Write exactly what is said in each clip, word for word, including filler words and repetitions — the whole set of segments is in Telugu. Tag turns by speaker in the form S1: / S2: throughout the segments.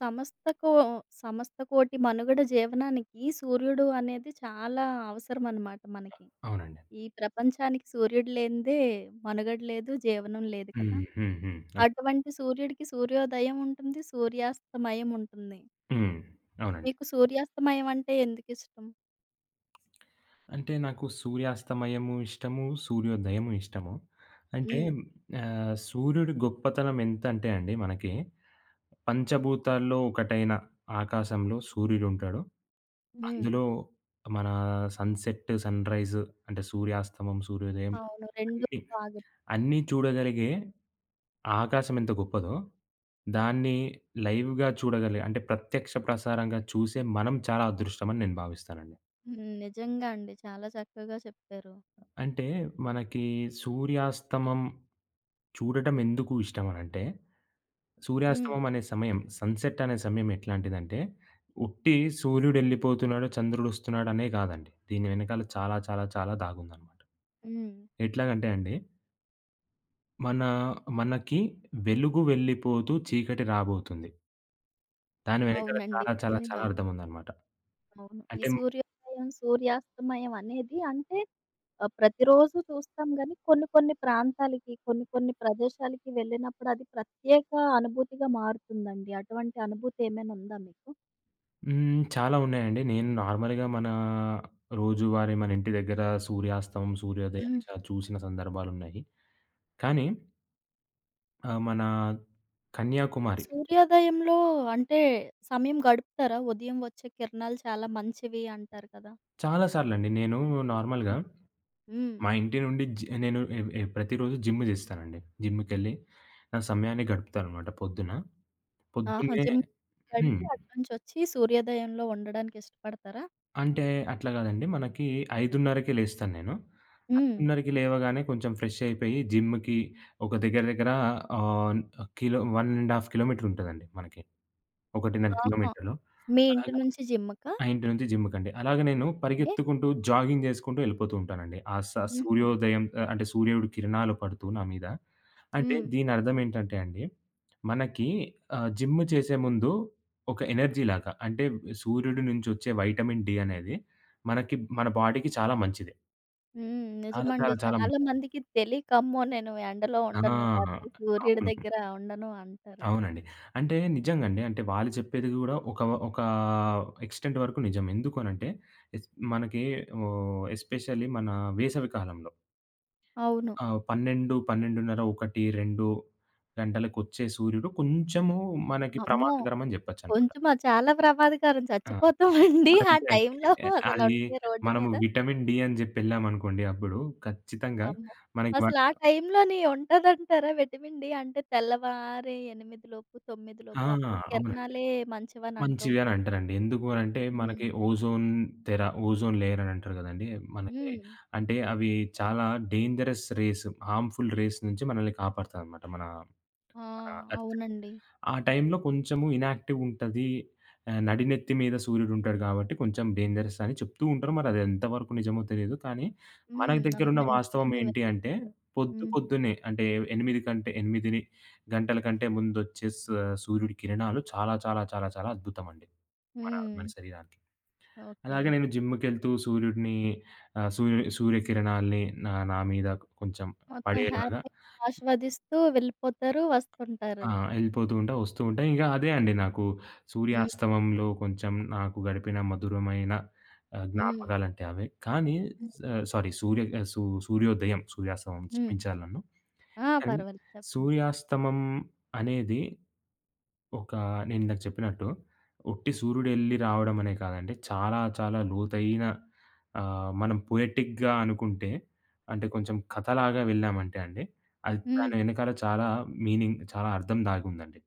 S1: సమస్తకో సమస్త కోటి మనుగడ జీవనానికి సూర్యుడు అనేది చాలా అవసరం అన్నమాట మనకి.
S2: అవునండి.
S1: ఈ ప్రపంచానికి సూర్యుడు లేనిదే మనుగడ లేదు, జీవనం లేదు కదా!
S2: హ్మ్. హ్మ్. హ్మ్. అబ్
S1: అటువంటి సూర్యుడికి సూర్యోదయం ఉంటుంది, సూర్యాస్తమయం ఉంటుంది.
S2: హ్మ్. అవునండి.
S1: మీకు సూర్యాస్తమయం అంటే ఎందుకిష్టం?
S2: అంటే నాకు సూర్యాస్తమయము ఇష్టము, సూర్యోదయము ఇష్టము. అంటే
S1: హ్మ్.
S2: ఆహ్, సూర్యుడి గొప్పతనం ఎంతంటే అండి, మనకి పంచభూతాల్లో ఒకటైన ఆకాశంలో సూర్యుడుంటాడు.
S1: హ్మ్.
S2: అందులో మన సన్‌సెట్, సన్‌రైజ్ అంటే సూర్యాస్తమం, సూర్యోదయం
S1: అవును. రెండు
S2: అన్నీ
S1: బాగా.
S2: అన్నీ చూడగలిగే ఆకాశం ఎంత గొప్పదో, దాన్ని లైవ్‌గా చూడగలిగే అంటే ప్రత్యక్ష ప్రసారంగా చూసే మనం చాలా అదృష్టం అని నేను భావిస్తానండి.
S1: హ్మ్. నిజంగా అండి. చాలా చక్కగా చెప్పారు.
S2: అంటే మనకి సూర్యాస్తమం చూడటం ఎందుకు ఇష్టమనంటే,
S1: హ్మ్.
S2: సూర్యాస్తమం అనే సమయం, సన్‌సెట్ అనే సమయం ఎట్లాంటిదంటే, ఉట్టి సూర్యుడెళ్ళిపోతున్నాడు, చంద్రుడొస్తున్నాడనే కాదండి. దీని వెనకాల చాలా చాలా చాలా దాగుందనమాట.
S1: హ్మ్.
S2: ఎట్లాగంటే అండి, మన మనకి వెలుగు వెళ్ళిపోతూ చీకటి రాబోతుంది. దాని వెనకాల
S1: అవునండి.
S2: చాలా, చాలా, చాలా
S1: నిజంగా.
S2: అర్థం ఉందనమాట.
S1: అవును. ఈ
S2: అంటే
S1: సూర్యోదయం, సూర్యాస్తమయం అనేది అంటే ఆహ్, ప్రతిరోజు చూస్తాం గానీ, కొన్ని కొన్ని ప్రాంతాలకి, కొన్ని కొన్ని ప్రదేశాలకి వెళ్ళినప్పుడు అది ప్రత్యేక అనుభూతిగా మారుతుందండి. అటువంటి అనుభూతి ఏమైనా ఉందా మీకు?
S2: హ్మ్. చాలా ఉన్నాయండి. నేను నార్మల్‌గా మన రోజువారీ మన ఇంటి దగ్గర సూర్యాస్తమం, సూర్యోదయం
S1: హ్మ్.
S2: చ చూసిన సందర్భాలున్నాయి. కానీ ఆహ్, మన కన్యాకుమారి.
S1: సూర్యోదయంలో అంటే సమయం గడుపుతారా? ఉదయం వచ్చే కిరణాలు చాలా మంచివి అంటారు కదా!
S2: చాలా సార్లండి నేను నార్మల్‌గా
S1: అవును. హ్మ్.
S2: మా ఇంటి నుండి జి నేను ఎ ఎ ప్రతిరోజు జిమ్ జేస్తానండి. జిమ్‌కెళ్ళి నా సమయాన్ని గడుపుతాననమాట పొద్దున.
S1: ఆహా!
S2: పొద్దున్నే
S1: జిమ్
S2: హ్మ్.
S1: గడిపి అటు నుంచొచ్చి సూర్యోదయంలో ఉండడానికి ఇష్టపడతారా?
S2: అంటే అట్లా గాదండి. మనకి 5:30కే లేస్తాను నేను.
S1: హ్మ్.
S2: 5:30కి లేవగానే కొంచెం ఫ్రెష్ అయిపోయి జిమ్‌కి ఒక దగ్గర దగ్గర ఆహ్, కిలో ఒకటి ½ కిలోమీటర్ ఉంటదండి మనకి. ఒకటిన్నర
S1: ఆహా!
S2: కిలోమీటర్లు.
S1: మీ ఇంటి
S2: అలాగ
S1: నుంచి జిమ్‌కా?
S2: ఆ! ఇంటి నుంచి జిమ్‌కండి. అలాగే నేను
S1: ఏ?
S2: పరిగెత్తుకుంటూ, జాగింగ్ చేసుకుంటూ వెళ్ళిపోతూ ఉంటానండి. ఆ స
S1: హుహు.
S2: సూర్యోదయం, ఆహ్, అంటే సూర్యుడి కిరణాలు పడుతూ నా మీద. అంటే
S1: హ్మ్.
S2: దీనర్థం ఏంటంటే అండి, మనకి ఆహ్, జిమ్ చేసే ముందు ఒక ఎనర్జీ లాగా, అంటే సూర్యుడి నుంచి వచ్చే వైటమిన్ డి అనేది మనకి, మన బాడీకి చాలా మంచిది.
S1: హ్మ్.
S2: చాలా
S1: నిజమండి.
S2: చాలా చాలా
S1: చాలా
S2: మంచిదండి.
S1: మందికి తెలీక, అమ్మో! నేను ఎండలో ఉండను,
S2: ఆ!
S1: లేకపోతే సూర్యుడి
S2: అవును.
S1: దగ్గర ఉండను అంటారు.
S2: అవునండి. అంటే నిజంగండి. అంటే వాళ్ళు చెప్పేది గూడా ఒక ఒక ఎక్స్‌టెంట్ వరకు నిజం. ఎందుకనంటే ఎస్ మనకి ఓహ్, ఎస్పెషల్లీ మన వేసవి కాలంలో
S1: అవును.
S2: ఆహ్, పన్నెండు, పన్నెండున్నర, ఒకటి, రెండు గంటలకొచ్చే సూర్యుడు కొంచెము మనకి
S1: అమ్మో!
S2: ప్రమాదకరం అని జెప్పొచ్చనమాట.
S1: కొంచెమా? చాలా ప్రమాదకరం,
S2: ఆ!
S1: చచ్చిపోతామండి ఆ
S2: అంతే అండి.
S1: టైంలో
S2: అది
S1: అసలుంటే రోడ్డు
S2: మనము
S1: మీద.
S2: విటమిన్ డి అని జెప్పి ఎళ్ళామనుకోండి, అప్పుడు ఖచ్చితంగా
S1: అమ్మో!
S2: మనకి వ
S1: అసలు ఆ టైంలోని ఉంటదంటారా విటమిన్ డి? అంటే తెల్లవారి ఎనిమిది లోపు, తొమ్మిది
S2: ఆ!
S1: లోపు అప్పుడు
S2: అవునండి.
S1: కిరణాలే మంచివని అంటూ
S2: మంచివి అని
S1: ఉంటారు కదా!
S2: అంటారండి. ఎందుకు అనంటే, మనకి
S1: హ్మ్.
S2: ఓజోన్ తెర, ఓజోన్ లేయర్ అని అంటారు గదండీ! మనకి
S1: హ్మ్.
S2: అంటే అవి చాలా డేంజరస్ రేస్, హార్మ్‌ఫుల్ రేస్ నుంచి మనల్ని కాపాడతదనమాట మన,
S1: ఆ!
S2: మన ఎర్త్.
S1: అవునండి.
S2: ఆ టైంలో కొంచెము ఇనాక్టివ్ ఉంటది. ఆహ్, నడినెత్తి మీద సూర్యుడుంటాడు గాబట్టి కొంచెం డేంజరస్ అని చెప్తూ ఉంటారు. మరి అది ఎంతవరకు నిజమో తెలీదు. కానీ మన
S1: హ్మ్.
S2: దగ్గరున్న
S1: అవునండి.
S2: వాస్తవం
S1: నేను
S2: ఏంటి
S1: విన్నా.
S2: అంటే, పొద్దు
S1: హ్మ్.
S2: పొద్దున్నే అంటే ఎనిమిది కంటే ఎనిమిది గంటల కంటే ముందొచ్చే స సూర్యుడి కిరణాలు చాలా చాలా చాలా చాలా అద్భుతమండి. మన మన
S1: హ్మ్.
S2: శరీరానికి.
S1: ఓకే.
S2: అలాగే నేను జిమ్‌కెళ్తూ సూర్యుడిని, ఆహ్, సూర్యు సూర్యకిరణాల్ని నా నా మీద కొంచెం
S1: మొత్తం
S2: పడేలాగా.
S1: హ్యాపీగా ఆస్వాదిస్తూ వెళ్ళిపోతారు,
S2: ఆ!
S1: వస్తుంటారు.
S2: ఎళ్ళిపోతూ ఉంటా, వస్తూ ఉంటా. ఇంకా అదే అండి. నాకు
S1: హ్మ్.
S2: సూర్యాస్తమంలో కొంచెం నాకు గడిపిన మధురమైన ఆహ్,
S1: హ్మ్.
S2: జ్ఞాపకాలంటే అవే. కానీ
S1: హ్మ్.
S2: ఆహ్, సారీ సూర్య ఆహ్, సూ సూర్యోదయం, సూర్యాస్తమం,
S1: హ్మ్.
S2: క్షమించాలి నన్ను.
S1: ఆ!
S2: కానీ
S1: పర్వాలేదు, చెప్పండి.
S2: సూర్యాస్తమం అనేది ఒక, నేను ఇందాక చెప్పినట్టు ఉట్టి సూర్యుడెళ్లి రావడం అనే కాదండి. చాలా చాలా లోతైన ఆహ్, మనం పొయెటిక్‌గా అనుకుంటే, అంటే కొంచెం కథలాగా వెళ్ళామంటే అండి, అది దాని
S1: హ్మ్.
S2: వెనకాల చాలా మీనింగ్, చాలా అర్థం దాగుందండి.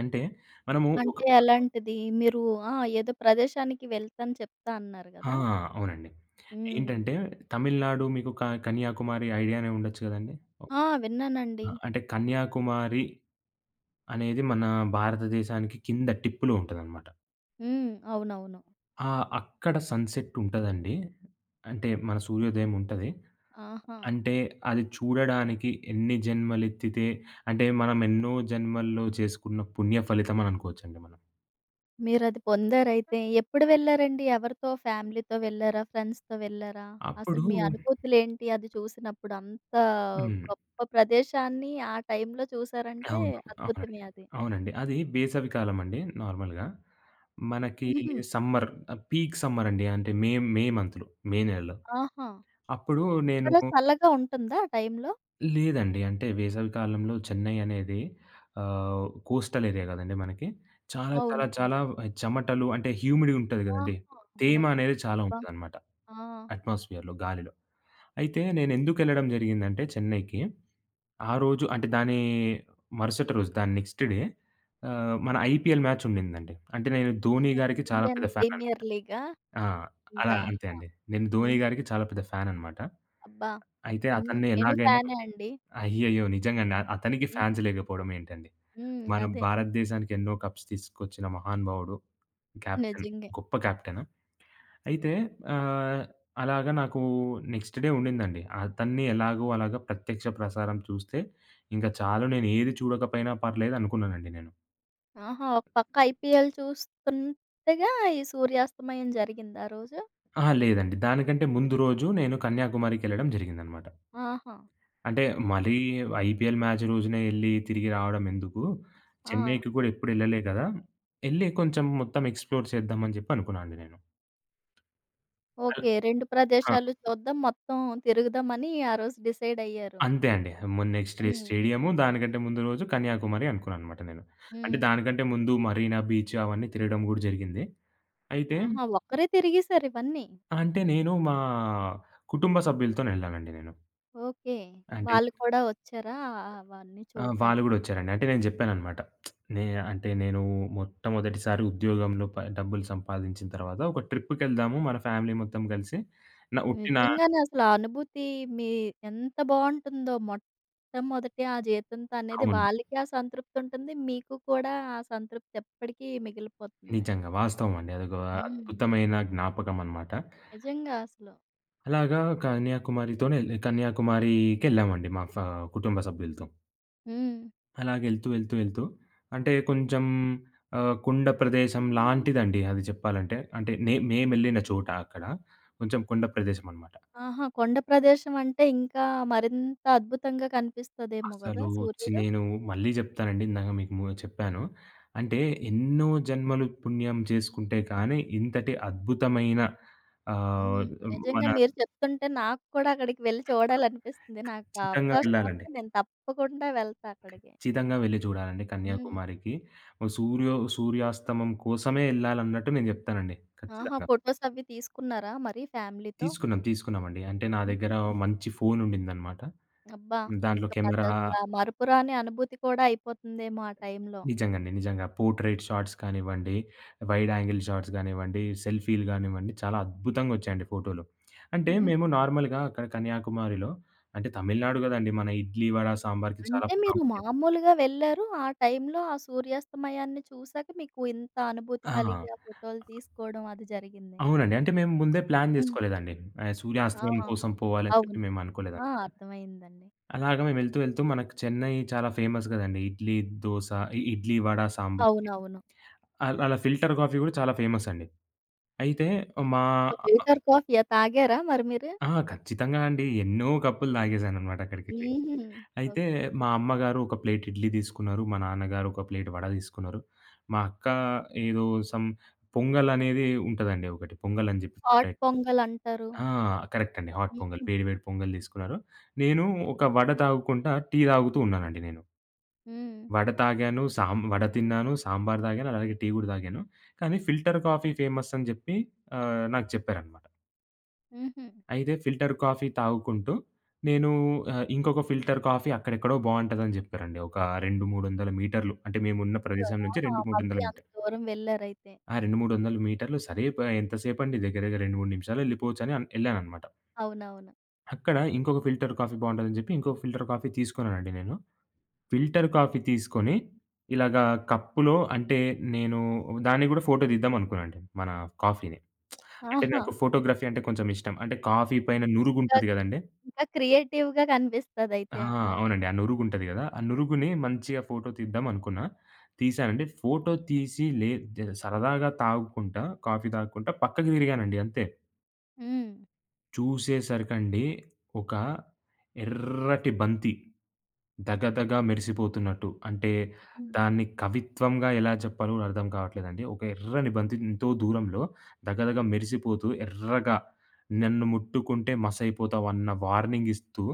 S2: అంటే మనము ఒక
S1: అంటే ఎలాంటిది? మీరు ఆ! ఏదో ప్రదేశానికి వెళ్తాను చెప్తా అన్నారు
S2: ఆ!
S1: గదా!
S2: అవునండి.
S1: హ్మ్.
S2: ఏంటంటే తమిళనాడు మీకు క కన్యాకుమారి ఐడియానే ఉండొచ్చు గదండీ!
S1: ఆ! విన్నానండి.
S2: అంటే కన్యాకుమారి అనేది మన భారతదేశానికి కింద టిప్పులో ఉంటదనమాట.
S1: హ్మ్. అవునవును.
S2: ఆ! అక్కడ సన్‌సెట్ ఉంటదండి. అంటే మన సూర్యోదయం ఉంటది.
S1: ఆహా!
S2: అంటే అది చూడడానికి ఎన్ని జన్మలెత్తితే, అంటే మనం ఎన్నో జన్మల్లో చేసుకున్న పుణ్య ఫలితం అని అనుకోవచ్చండి మనం.
S1: మీరది పొందారైతే. ఎప్పుడు వెళ్లారండి? ఎవరితో? ఫ్యామిలీతో వెళ్లారా? ఫ్రెండ్స్‌తో వెళ్లారా? అసలు
S2: అప్పుడు
S1: మీ అనుభూతులేంటి అది చూసినప్పుడు? అంత
S2: హ్మ్.
S1: గొప్ప ప్రదేశాన్ని ఆ టైంలో చూసారంటే
S2: అవును. అవునండి.
S1: అద్భుతమే అది.
S2: అవునండి. అది వేసవి కాలమండి నార్మల్‌గా. మనకి
S1: హుహు.
S2: సమ్మర్, ఆహ్, పీక్ సమ్మర్ అండి. అంటే మే, మే మంత్‌లో, మే నెలలో.
S1: ఆహా!
S2: అప్పుడు నేను
S1: అక్కడ చల్లగా ఉంటుందా ఆ టైంలో?
S2: లేదండి. అంటే వేసవి కాలంలో చెన్నై అనేది ఆహ్, కోస్టల్ ఏరియా కదండీ మనకి. చాలా చాలా
S1: అవునవును.
S2: చాలా చెమటలు, అంటే హ్యూమిడ్ ఉంటది కదండీ.
S1: ఆహా!
S2: తేమ అనేది
S1: మొత్తం.
S2: చాలా
S1: అబ్బా!
S2: ఉంటదనమాట
S1: ఆ!
S2: అట్మాస్ఫియర్‌లో, గాలిలో. అయితే నేనెందుకెళ్ళడం జరిగిందంటే, చెన్నైకి ఆ రోజు అంటే దాని మరుసటి రోజు, దాని నెక్స్ట్ డే ఆహ్, మన ఐపీఎల్ మ్యాచ్ ఉండిందండి. అంటే నేను ధోని
S1: హ్మ్.
S2: గారికి చాలా
S1: ఇండియన్
S2: పెద్ద ఫ్యాన్ అన్
S1: ప్రీమియర్ లీగా?
S2: ఆ! అలా
S1: ఇంకా
S2: అంతే
S1: ఆ!
S2: అండి. నేను ధోని
S1: హ్మ్.
S2: గారికి చాలా పెద్ద ఫ్యాన్ అనమాట.
S1: అబ్బా!
S2: అయితే
S1: హ్మ్.
S2: అతన్ని
S1: నేను
S2: ఎలాగైనా
S1: ఫ్యానే అండి.
S2: అయ్యయ్యో!
S1: హ్మ్.
S2: నిజంగండి. అ అతనికి
S1: హ్మ్.
S2: ఫ్యాన్స్ లేకపోవడం ఏంటండి.
S1: హ్మ్.
S2: మన
S1: అదే.
S2: భారతదేశానికి ఎన్నో కప్స్ తీసుకొచ్చిన మహానుభావుడు, కెప్టెన్,
S1: నిజంగే.
S2: గొప్ప కెప్టెన్. అయితే ఆహ్, అలాగా నాకు నెక్స్ట్ డే ఉండిందండి. అతన్ని ఎలాగో అలాగా ప్రత్యక్ష ప్రసారం చూస్తే ఇంక చాలు, నేనేది చూడకపోయినా పర్లేదనుకున్నానండి నేను.
S1: ఆహా! ఒక పక్క ఐపీఎల్ చూస్తుండగా ఈ సూర్యాస్తమయం జరిగిందా ఆ రోజు?
S2: అహా! లేదండి. దానికంటే ముందు
S1: హ్మ్.
S2: రోజు నేను కన్యాకుమారికెళ్ళడం జరిగిందనమాట.
S1: ఆహా!
S2: అంటే మరీ ఐపీఎల్ మ్యాచ్ రోజునే ఎళ్లి తిరిగి రావడం ఎందుకు?
S1: ఆ!
S2: చెన్నైకి కూడా ఎప్పుడెళ్ళలే కదా! ఎళ్లి కొంచెం మొత్తం ఎక్స్‌ప్లోర్ చేద్దామని చెప్పి అనుకున్నా అండి నేను. అలా
S1: ఓకే. రెండు
S2: ఆ!
S1: ప్రదేశాలు చూద్దాం, మొత్తం తిరుగుదామని ఆ రోజు డిసైడ్ అయ్యారు.
S2: అంతే అండి. ముందు నెక్స్ట్ డే
S1: హ్మ్.
S2: స్టేడియము, దానికంటే ముందు రోజు కన్యాకుమారి అనుకున్నాననమాట నేను. అంటే
S1: హ్మ్.
S2: దానికంటే ముందు మరీనా బీచ్ అవన్నీ తిరగడం గూడా జరిగింది. అయితే
S1: ఆహా! ఒక్కరే తిరిగేసారు ఇవన్నీ.
S2: అంటే నేను మా కుటుంబ సభ్యులతోనెళ్ళానండి నేను.
S1: ఓకే.
S2: అంటే
S1: వాళ్ళు కూడా వచ్చారా అవన్నీ
S2: ఆహ్, వాళ్ళు
S1: చూడడానికి?
S2: గూడా వచ్చారండి. అంటే నేను జెప్పాననమాట. నే అంటే నేను మొట్టమొదటిసారి ఉద్యోగంలో ప డబ్బులు సంపాదించిన తర్వాత ఒక ట్రిప్‌కెళ్దాము మన ఫ్యామిలీ మొత్తం కలిసి. నా ఉట్టి నా
S1: నిజంగానే అసలు ఆ అనుభూతి మీ ఎంత బావుంటుందో మొట్టమొదటి ఆ జీతంతో అనేది
S2: అవును.
S1: వాళ్ళకి ఆ సంతృప్తి ఉంటుంది. మీకు కూడా ఆ సంతృప్తి ఎప్పటికీ మిగిలిపోతుంది.
S2: నిజంగా వాస్తవం అండి. అదొక
S1: హ్మ్.
S2: అద్భుతమైన జ్ఞాపకం అనమాట.
S1: నిజంగా అసలు.
S2: అలాగా కన్యాకుమారితోనే ఎల్ కన్యాకుమారికెళ్ళామండి మా ఫ కుటుంబ సభ్యులతో.
S1: హ్మ్.
S2: అలాగెళ్తూ, వెళ్తూ, వెళ్తూ, వెళ్తూ అంటే కొంచెం ఆహ్, కొండ ప్రదేశం లాంటిదండి అది చెప్పాలంటే. అంటే నే మేమెళ్ళిన చోట అక్కడ కొంచెం కొండ ప్రదేశమనమాట.
S1: ఆహా! కొండ ప్రదేశం అంటే ఇంకా మరింత అద్భుతంగా కనిపిస్తదేమో గదా!
S2: అసలు చి
S1: సూర్యుడు?
S2: నేను మళ్ళీ చెప్తానండి. ఇందాక మీకు ము చెప్పాను. అంటే ఎన్నో జన్మలు పుణ్యం చేసుకుంటే కానీ ఇంతటి అద్భుతమైన ఆహ్,
S1: హ్మ్.
S2: మన
S1: నిజంగా మీరు చెప్తుంటే నాకు కూడా అక్కడికి వెళ్లి చూడాలనిపిస్తుంది. నాకు
S2: ఖచ్చితంగా
S1: అవకాశం
S2: వెళ్ళాలండి.
S1: వస్తే నేను తప్పకుండా వెళ్తా అక్కడికి.
S2: ఖచ్చితంగా వెళ్లి చూడాలండి
S1: హ్మ్.
S2: కన్యాకుమారికి. ఓ సూర్యో సూర్యాస్తమం కోసమే ఎళ్ళాలన్నట్టు నేను జెప్తానండి.
S1: ఆహా!
S2: ఖచ్చితంగా.
S1: ఫోటోస్ అవి తీసుకున్నారా మరి ఫ్యామిలీతో?
S2: తీసుకున్నాం. తీసుకున్నామండి. అంటే నా దగ్గర
S1: హ్మ్.
S2: మంచి ఫోను ఉండిందనమాట.
S1: అబ్బా!
S2: దాంట్లో
S1: ఇంక
S2: కెమెరా.
S1: అదసలా మరపురాని అనుభూతి కూడా అయిపోతుందేమో ఆ టైంలో.
S2: నిజంగండి. నిజంగా పోర్ట్రెయిట్ షాట్స్ కానివ్వండి, వైడ్ యాంగిల్ షాట్స్ గానివ్వండి, సెల్ఫీలు గానివ్వండి, చాలా అద్భుతంగా వచ్చాయండి ఫోటోలు. అంటే
S1: హ్మ్.
S2: మేము నార్మల్‌గా అక్కడ కన్యాకుమారిలో అంటే తమిళనాడు గదండీ! మన ఇడ్లీ, వడ, సాంబార్‌కి చాలా
S1: అంటే మీరు
S2: ప్రాముఖ్యత.
S1: మామూలుగా వెళ్లారు. ఆ టైంలో ఆ సూర్యాస్తమయాన్ని చూసాక మీకు ఇంత అనుభూతి
S2: ఆ!
S1: కలిగి ఆ ఫోటోలు తీసుకోవడం అది జరిగింది.
S2: అవునండి. అంటే మేము ముందే ప్లాన్
S1: హ్మ్.
S2: జేసుకోలేదండి. ఆహ్,
S1: ఆ!
S2: సూర్యాస్తమయం కోసం పోవాలని చెప్పి
S1: అవును.
S2: మేము
S1: ఆ!
S2: అనుకోలేదనమాట.
S1: అర్థమైందండి.
S2: అలాగా మేము ఎళ్తూ, ఎళ్తూ మనకు చెన్నై చాలా ఫేమస్ గదండీ! ఇడ్లీ, దోస, ఇ ఇడ్లీ, వడ, సాంబార్‌కి.
S1: అవునవును.
S2: అల్ అలా ఫిల్టర్ కాఫీ గూడా చాలా ఫేమస్ అండి. అయితే మా
S1: ఆ! ఫిల్టర్ కాఫీయా తాగారా మరి మీరు?
S2: ఆ! ఖచ్చితంగా అండి. ఎన్నో కప్పులు తాగేసాననమాట అక్కడికెళ్ళి.
S1: హుహు.
S2: అయితే
S1: ఓకే.
S2: మా అమ్మగారు ఒక ప్లేట్ ఇడ్లీ తీసుకున్నారు. మా నాన్నగారు ఒక ప్లేట్ వడ తీసుకున్నారు. మా అక్క ఏదో సమ్ పొంగల్ అనేది ఉంటదండి ఒకటి. పొంగల్ అని జెప్పి
S1: హాట్ పొంగలంటారు.
S2: ఆ! కరెక్ట్ అండి. హాట్ పొంగల్.
S1: హుహు.
S2: వేడి వేడి పొంగల్ తీసుకున్నారు. నేను ఒక వడ తాగుకుంటా టీ తాగుతూ ఉన్నానండి నేను.
S1: హ్మ్.
S2: వడ తాగాను, సాం వడ తిన్నాను, సాంబార్ తాగాను, అలాగే టీ గూడా తాగాను. కానీ ఫిల్టర్ కాఫీ ఫేమస్ అని చెప్పి ఆహ్, నాకు చెప్పారనమాట.
S1: హుహు.
S2: అయితే ఫిల్టర్ కాఫీ తాగుకుంటూ నేను, ఆహ్, ఇంకొక ఫిల్టర్ కాఫీ అక్కడెక్కడో బావుంటదని చెప్పారండి. ఒక రెండు, మూడొందల మీటర్లు, అంటే మేమున్న
S1: అయ్యో!
S2: ప్రదేశం నుంచి
S1: ఆహా!
S2: రెండు,
S1: మళ్ళీ
S2: మూడొందల
S1: అంత
S2: మీటర్లు.
S1: దూరం వెళ్లారైతే.
S2: ఆ రెండు, మూడొందల మీటర్లు సరే ప ఎంతసేపండి, దగ్గర దగ్గర రెండు, మూడు నిమిషాల్లో ఎళ్ళిపోవచ్చని అన్ ఎళ్ళాననమాట.
S1: అవునవును.
S2: అక్కడ ఇంకొక ఫిల్టర్ కాఫీ బావుంటదని జెప్పి, ఇంకో ఫిల్టర్ కాఫీ తీసుకున్నానండి నేను. ఫిల్టర్ కాఫీ తీసుకొని, ఇలాగా కప్పులో అంటే నేను దాన్ని గూడా ఫోటో తీద్దామనుకున్నానండి, మన కాఫీని. అంటే
S1: ఆహా!
S2: నాకు ఫోటోగ్రఫీ అంటే కొంచెం ఇష్టం. అంటే కాఫీ పైన
S1: ఇంకా,
S2: నురుగుంటది గదండీ!
S1: ఇంకా క్రియేటివ్‌గా
S2: ఆ!
S1: కనిపిస్తదయితే. ఆ!
S2: అవునండి. ఆ నురుగుంటది గదా! ఆ నురుగుని మంచిగా ఫోటో తీద్దామనుకున్నా. తీశానండి. ఫోటో తీసి, లే జ సరదాగా తాగుకుంటా, కాఫీ తాగుకుంటా పక్కకి తిరిగానండి అంతే.
S1: హ్మ్.
S2: చూసేసరికండి ఒక ఎర్రటి బంతి ధగధగా మెరిసిపోతున్నట్టు. అంటే
S1: హ్మ్.
S2: దాన్ని కవిత్వంగా ఎలా చెప్పాలో కూడా అర్థం కావట్లేదండి. ఒక ఎర్రని బంతి ఎంతో దూరంలో ధగధగ మెరిసిపోతూ ఎర్రగా "నన్ను ముట్టుకుంటే మసైపోతావు" అన్న వార్నింగ్ ఇస్తూ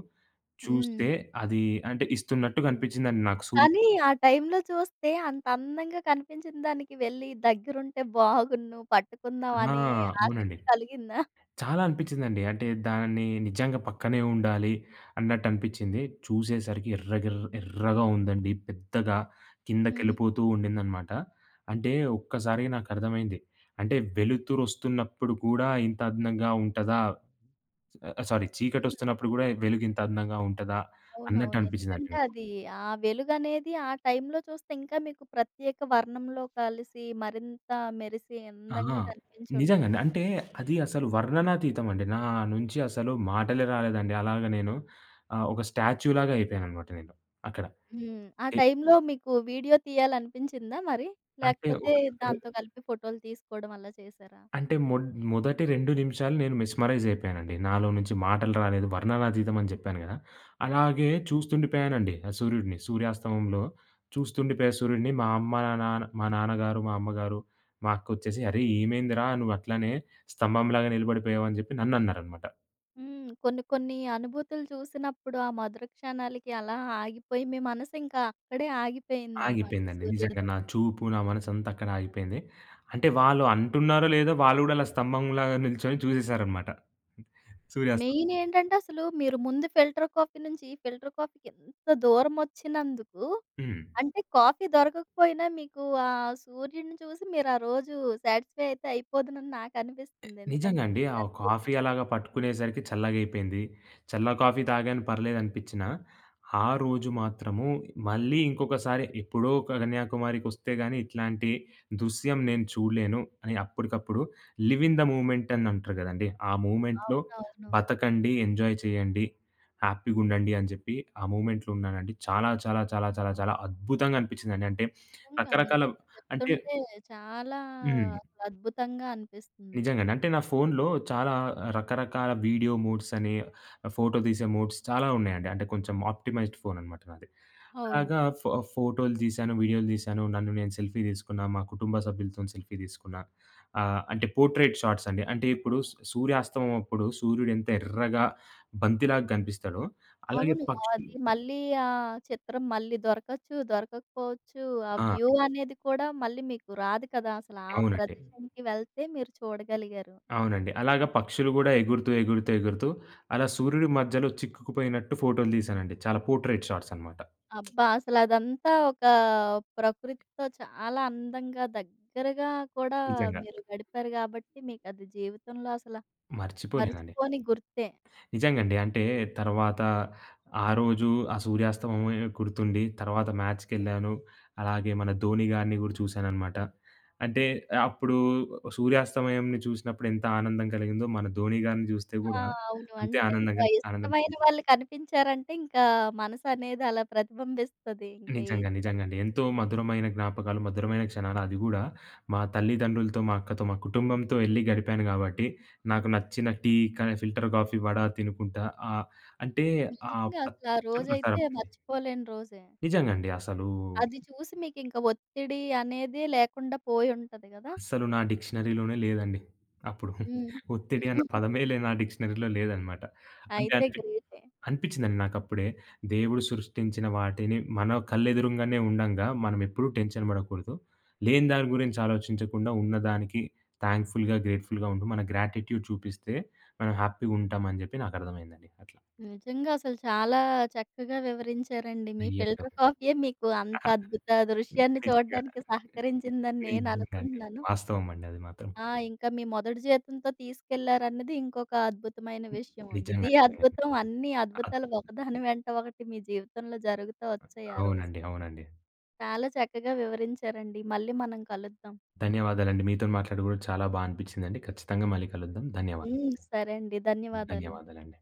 S1: హ్మ్.
S2: చూస్తే, అది అంటే ఇస్తున్నట్టు కనిపించిందండి నాకు. సూర్యుడు.
S1: కానీ ఆ టైంలో చూస్తే అంత అందంగా కనిపించిన దానికి వెళ్లి దగ్గరుంటే బాగున్ను, పట్టుకుందాం
S2: ఆ!
S1: అనే
S2: అవునండి.
S1: ఆసక్తి కలిగిందా?
S2: చాలా అనిపించిందండి. అంటే దాన్ని నిజంగా పక్కనే ఉండాలి అన్నట్టు అనిపించింది. చూసేసరికి ఎర్రగెర్ర ఎర్రగా ఉందండి. పెద్దగా
S1: హ్మ్.
S2: కిందకెళ్ళిపోతూ ఉండిందనమాట. అంటే ఒక్కసారిగా నాకర్థమైంది. అంటే వెలుతురొస్తున్నప్పుడు కూడా ఇంత అందంగా ఉంటదా? ఆహ్, సారీ,
S1: హ్మ్.
S2: చీకటొస్తున్నప్పుడు గూడా వెలుగింత అందంగా ఉంటదా? అన్నట్టు
S1: అవునవును. ఎందుకంటే
S2: అనిపించిందండి.
S1: అది ఆ వెలుగనేది ఆ టైంలో చూస్తే ఇంకా మీకు ప్రత్యేక వర్ణంలో కలిసి మరింత మెరిసి
S2: ఆ!
S1: అందంగా కనిపించుంటుంది.
S2: నిజంగండి. అంటే అది అసలు వర్ణనాతీతం అండి. నా నుంచి అసలు మాటలే రాలేదండి. అలాగ నేను ఆహ్, ఒక స్టాచ్యూలాగా అయిపోయాననమాట నేను అక్కడ.
S1: హ్మ్. ఆ టైంలో మీకు వీడియో తీయాలనిపించిందా మరి?
S2: అంటే ఒక
S1: లేకపోతే
S2: ర్
S1: దాంతో కలిపి ఫోటోలు తీసుకోవడం అలా చేశారా?
S2: అంటే మొడ్ మొదటి రెండు నిమిషాలు నేను మెస్మరైజ్ అయిపోయానండి. నాలో నుంచి మాటలు రాలేదు. వర్ణనాతీతం అని జెప్పాను గదా! అలాగే చూస్తుండిపోయానండి ఆ సూర్యుడిని. సూర్యాస్తమంలో చూస్తుండిపోయా సూర్యుడిని. మా అమ్మ, నాన్న మా నాన్నగారు, మా అమ్మగారు, మా అక్కొచ్చేసి, "అరే! ఏమైందిరా, నువ్వట్లనే స్తంభంలాగా నిలబడిపోయావు" అని జెప్పి నన్నన్నారనమాట.
S1: హ్మ్. కొన్ని కొన్ని అనుభూతులు చూసినప్పుడు ఆ మధుర క్షణాలకి అలా ఆగిపోయి మీ మనసు ఇంకా అక్కడే ఆగిపోయిందనమాట
S2: ఆగిపోయిందండి.
S1: సూర్యుడి
S2: నిజంగా
S1: దగ్గర.
S2: నా చూపు, నా మనసంతా అక్కడ ఆగిపోయింది. అంటే వాళ్ళు అంటున్నారో లేదో, వాళ్ళు గూడా అలా స్తంభంలాగా నిల్చొని చూసేసారనమాట సూర్యాస్తం.
S1: మెయిన్ ఏంటంటే అసలు మీరు ముందు ఫిల్టర్ కాఫీ నుంచి ఫిల్టర్ కాఫీకి ఎంత దూరం వచ్చినందుకు,
S2: హ్మ్.
S1: అంటే కాఫీ దొరకకపోయినా మీకు ఆ సూర్యుడిని చూసి మీరు ఆ రోజు సాటిస్ఫై అయితే అయిపోదునని నాకనిపిస్తుంది.
S2: నిజంగా
S1: ఎందుకంటే
S2: అండి.
S1: మీ
S2: ఆ కాఫీ
S1: అనుభూతిని.
S2: అలాగా పట్టుకునేసరికి చల్లగయిపోయింది. చల్ల కాఫీ తాగాను పర్లేదనిపిచ్చినా, ఆ రోజు మాత్రము మళ్ళీ ఇంకొకసారి ఎప్పుడో కన్యాకుమారికొస్తే గాని ఇట్లాంటి దృశ్యం నేను చూడలేను అని, అప్పటికప్పుడు లివ్ ఇన్ ద మూమెంట్ అని అంటారు గదండీ! ఆ మూమెంట్‌లో
S1: అవునవును.
S2: బతకండి, ఎంజాయ్ చేయండి, హ్యాపీగుండండి అని చెప్పి ఆ మూమెంట్‌లో ఉన్నానండి. చాలా చాలా చాలా చాలా చాలా అద్భుతంగా అనిపిచ్చిందండి. అంటే
S1: నిజంగా
S2: రకరకాల
S1: మీరసలు
S2: అంటే
S1: చెప్తుంటే చాలా
S2: హ్మ్.
S1: అసలు అద్భుతంగా అనిపిస్తుంది.
S2: నిజంగానే. అంటే నా ఫోన్‌లో చాలా రకరకాల వీడియో మోడ్స్ అని, ఫోటో తీసే మోడ్స్ చాలా ఉన్నాయండి. అంటే కొంచెం ఆప్టిమైజ్డ్ ఫోన్ అనమాట నాది.
S1: అవును.
S2: అలాగా ఫో ఫోటోలు తీశాను, వీడియోలు తీశాను, నన్ను నేను సెల్ఫీ తీసుకున్నా, మా కుటుంబ సభ్యులతోని సెల్ఫీ తీసుకున్నా. ఆహ్, అంటే పోర్ట్రెయిట్ షాట్స్ అండి. అంటే ఇప్పుడు స్ సూర్యాస్తమయం అప్పుడు సూర్యుడు ఎంత ఎర్రగా బంతిలాగా కనిపిస్తాడో, అలాగే
S1: అవును.
S2: పక్షులు
S1: అది మళ్ళీ ఆ చిత్రం మళ్ళీ దొరకచ్చు, దొరకకపోవచ్చు. ఆ
S2: ఆ!
S1: వ్యూ అనేది కూడా మళ్ళీ మీకు రాదు కదా! అసలు ఆ
S2: అవునండి.
S1: ప్రదేశానికి వెళ్తే మీరు చూడగలిగారు.
S2: అవునండి. అలాగా పక్షులు గూడా ఎగురుతూ, ఎగురుతూ, ఎగురుతూ అలా సూర్యుడి మధ్యలో చిక్కుకుపోయినట్టు ఫోటోలు తీశానండి. చాలా పోర్ట్రెయిట్ షాట్స్ అనమాట.
S1: అబ్బా! అసలదంతా ఒక ప్రకృతితో చాలా అందంగా దగ్గరగా కూడా
S2: నిజంగా.
S1: మీరు గడిపారు గాబట్టి, మీకది జీవితంలో అసల
S2: మర్చిపోలేనండి.
S1: మరిచిపోని గుర్తే.
S2: నిజంగండి. అంటే తర్వాత ఆ రోజు ఆ సూర్యాస్తమమే గుర్తుండి, తర్వాత మ్యాచ్‌కెళ్ళాను. అలాగే మన ధోని గారిని గూడా చూశాననమాట. అంటే అప్పుడు సూర్యాస్తమయంని చూసినప్పుడు ఎంత ఆనందం కలిగిందో, మన ధోని గారిని జూస్తే
S1: ఆ!
S2: గూడా
S1: అవును.
S2: అంతే
S1: అంటే
S2: ఆనందంగా
S1: ఇంకా
S2: ఆనందం.
S1: ఇష్టమైన వాళ్ళు కనిపించారంటే, ఇంకా మనసనేది అలా ప్రతిబింబిస్తది. ఇంకా ఏ.
S2: నిజంగా. నిజంగా అండి. ఎంతో మధురమైన జ్ఞాపకాలు, మధురమైన క్షణాలు. అది గూడా మా తల్లిదండ్రులతో, మా అక్కతో, మా కుటుంబంతో ఎళ్లి గడిపాను గాబట్టి, నాకు నచ్చిన టీ, క ఫిల్టర్ కాఫీ, వడ తినుకుంటా ఆహ్, అంటే ఆ
S1: నిజంగా అసలు ఆ
S2: ప్రత్యక్ష ప్రసారం
S1: రోజైతే
S2: అండి.
S1: మర్చిపోలేని రోజే.
S2: నిజంగండి. అసలు,
S1: అది చూసి మీకింక ఒత్తిడి అనేదే లేకుండా పోయుంటది గదా!
S2: అస్సలు నా డిక్షనరీలోనే లేదండి అప్పుడు.
S1: హ్మ్.
S2: ఒత్తిడి అన్న పదమే లే నా డిక్షనరీలో లేదనమాట. అంటే
S1: అయితే
S2: అనిపి
S1: గ్రేటే.
S2: అనిపించిందండి నాకప్పుడే. దేవుడు సృష్టించిన వాటిని మన కళ్ళెదురుంగానే ఉండంగా, మనమెప్పుడూ టెన్షన్ పడకూడదు. లేని దాని గురించి ఆలోచించకుండా ఉన్నదానికి థాంక్‌ఫుల్‌గా, గ్రేట్‌ఫుల్‌గా ఉంటూ మన గ్రాటిట్యూడ్ చూపిస్తే మనం హ్యాపీగుంటామని జెప్పి నాకర్థమైందండి అట్లా.
S1: నిజంగా అసలు చాలా చక్కగా వివరించారండి. మీ
S2: అయ్యయ్యో!
S1: ఫిల్టర్
S2: అహా!
S1: కాఫీయే మీకు అంత అద్భుత దృశ్యాన్ని
S2: నిజంగా.
S1: చూడడానికి సహకరించిందని నేను
S2: నిజంగా అండి.
S1: అనుకుంటున్నాను.
S2: వాస్తవం అండి అది మాత్రం.
S1: ఆ! ఇంకా మీ మొదటి జీతంతో తీసుకెళ్లారన్నది ఇంకొక అద్భుతమైన విషయం.
S2: నిజంగా
S1: ఇది
S2: అర్థమైంది.
S1: అద్భుతం, అన్ని
S2: అద్
S1: అద్భుతాలు ఒకదాని వెంట ఒకటి మీ జీవితంలో జరుగుతూ వచ్చాయి ఆ రోజు.
S2: అవునండి. అవునండి.
S1: చాలా చక్కగా వివరించారండి. మళ్ళీ మనం కలుద్దాం.
S2: ధన్యవాదాలండి. మీతోని మాట్లాడి గూడా చాలా బా అనిపించిందండి. ఖచ్చితంగా మళ్ళీ కలుద్దాం. ధన్యవాదాలండి.
S1: హ్మ్. సరే అండి. ధన్యవాదాలు.
S2: ధన్యవాదాలండి.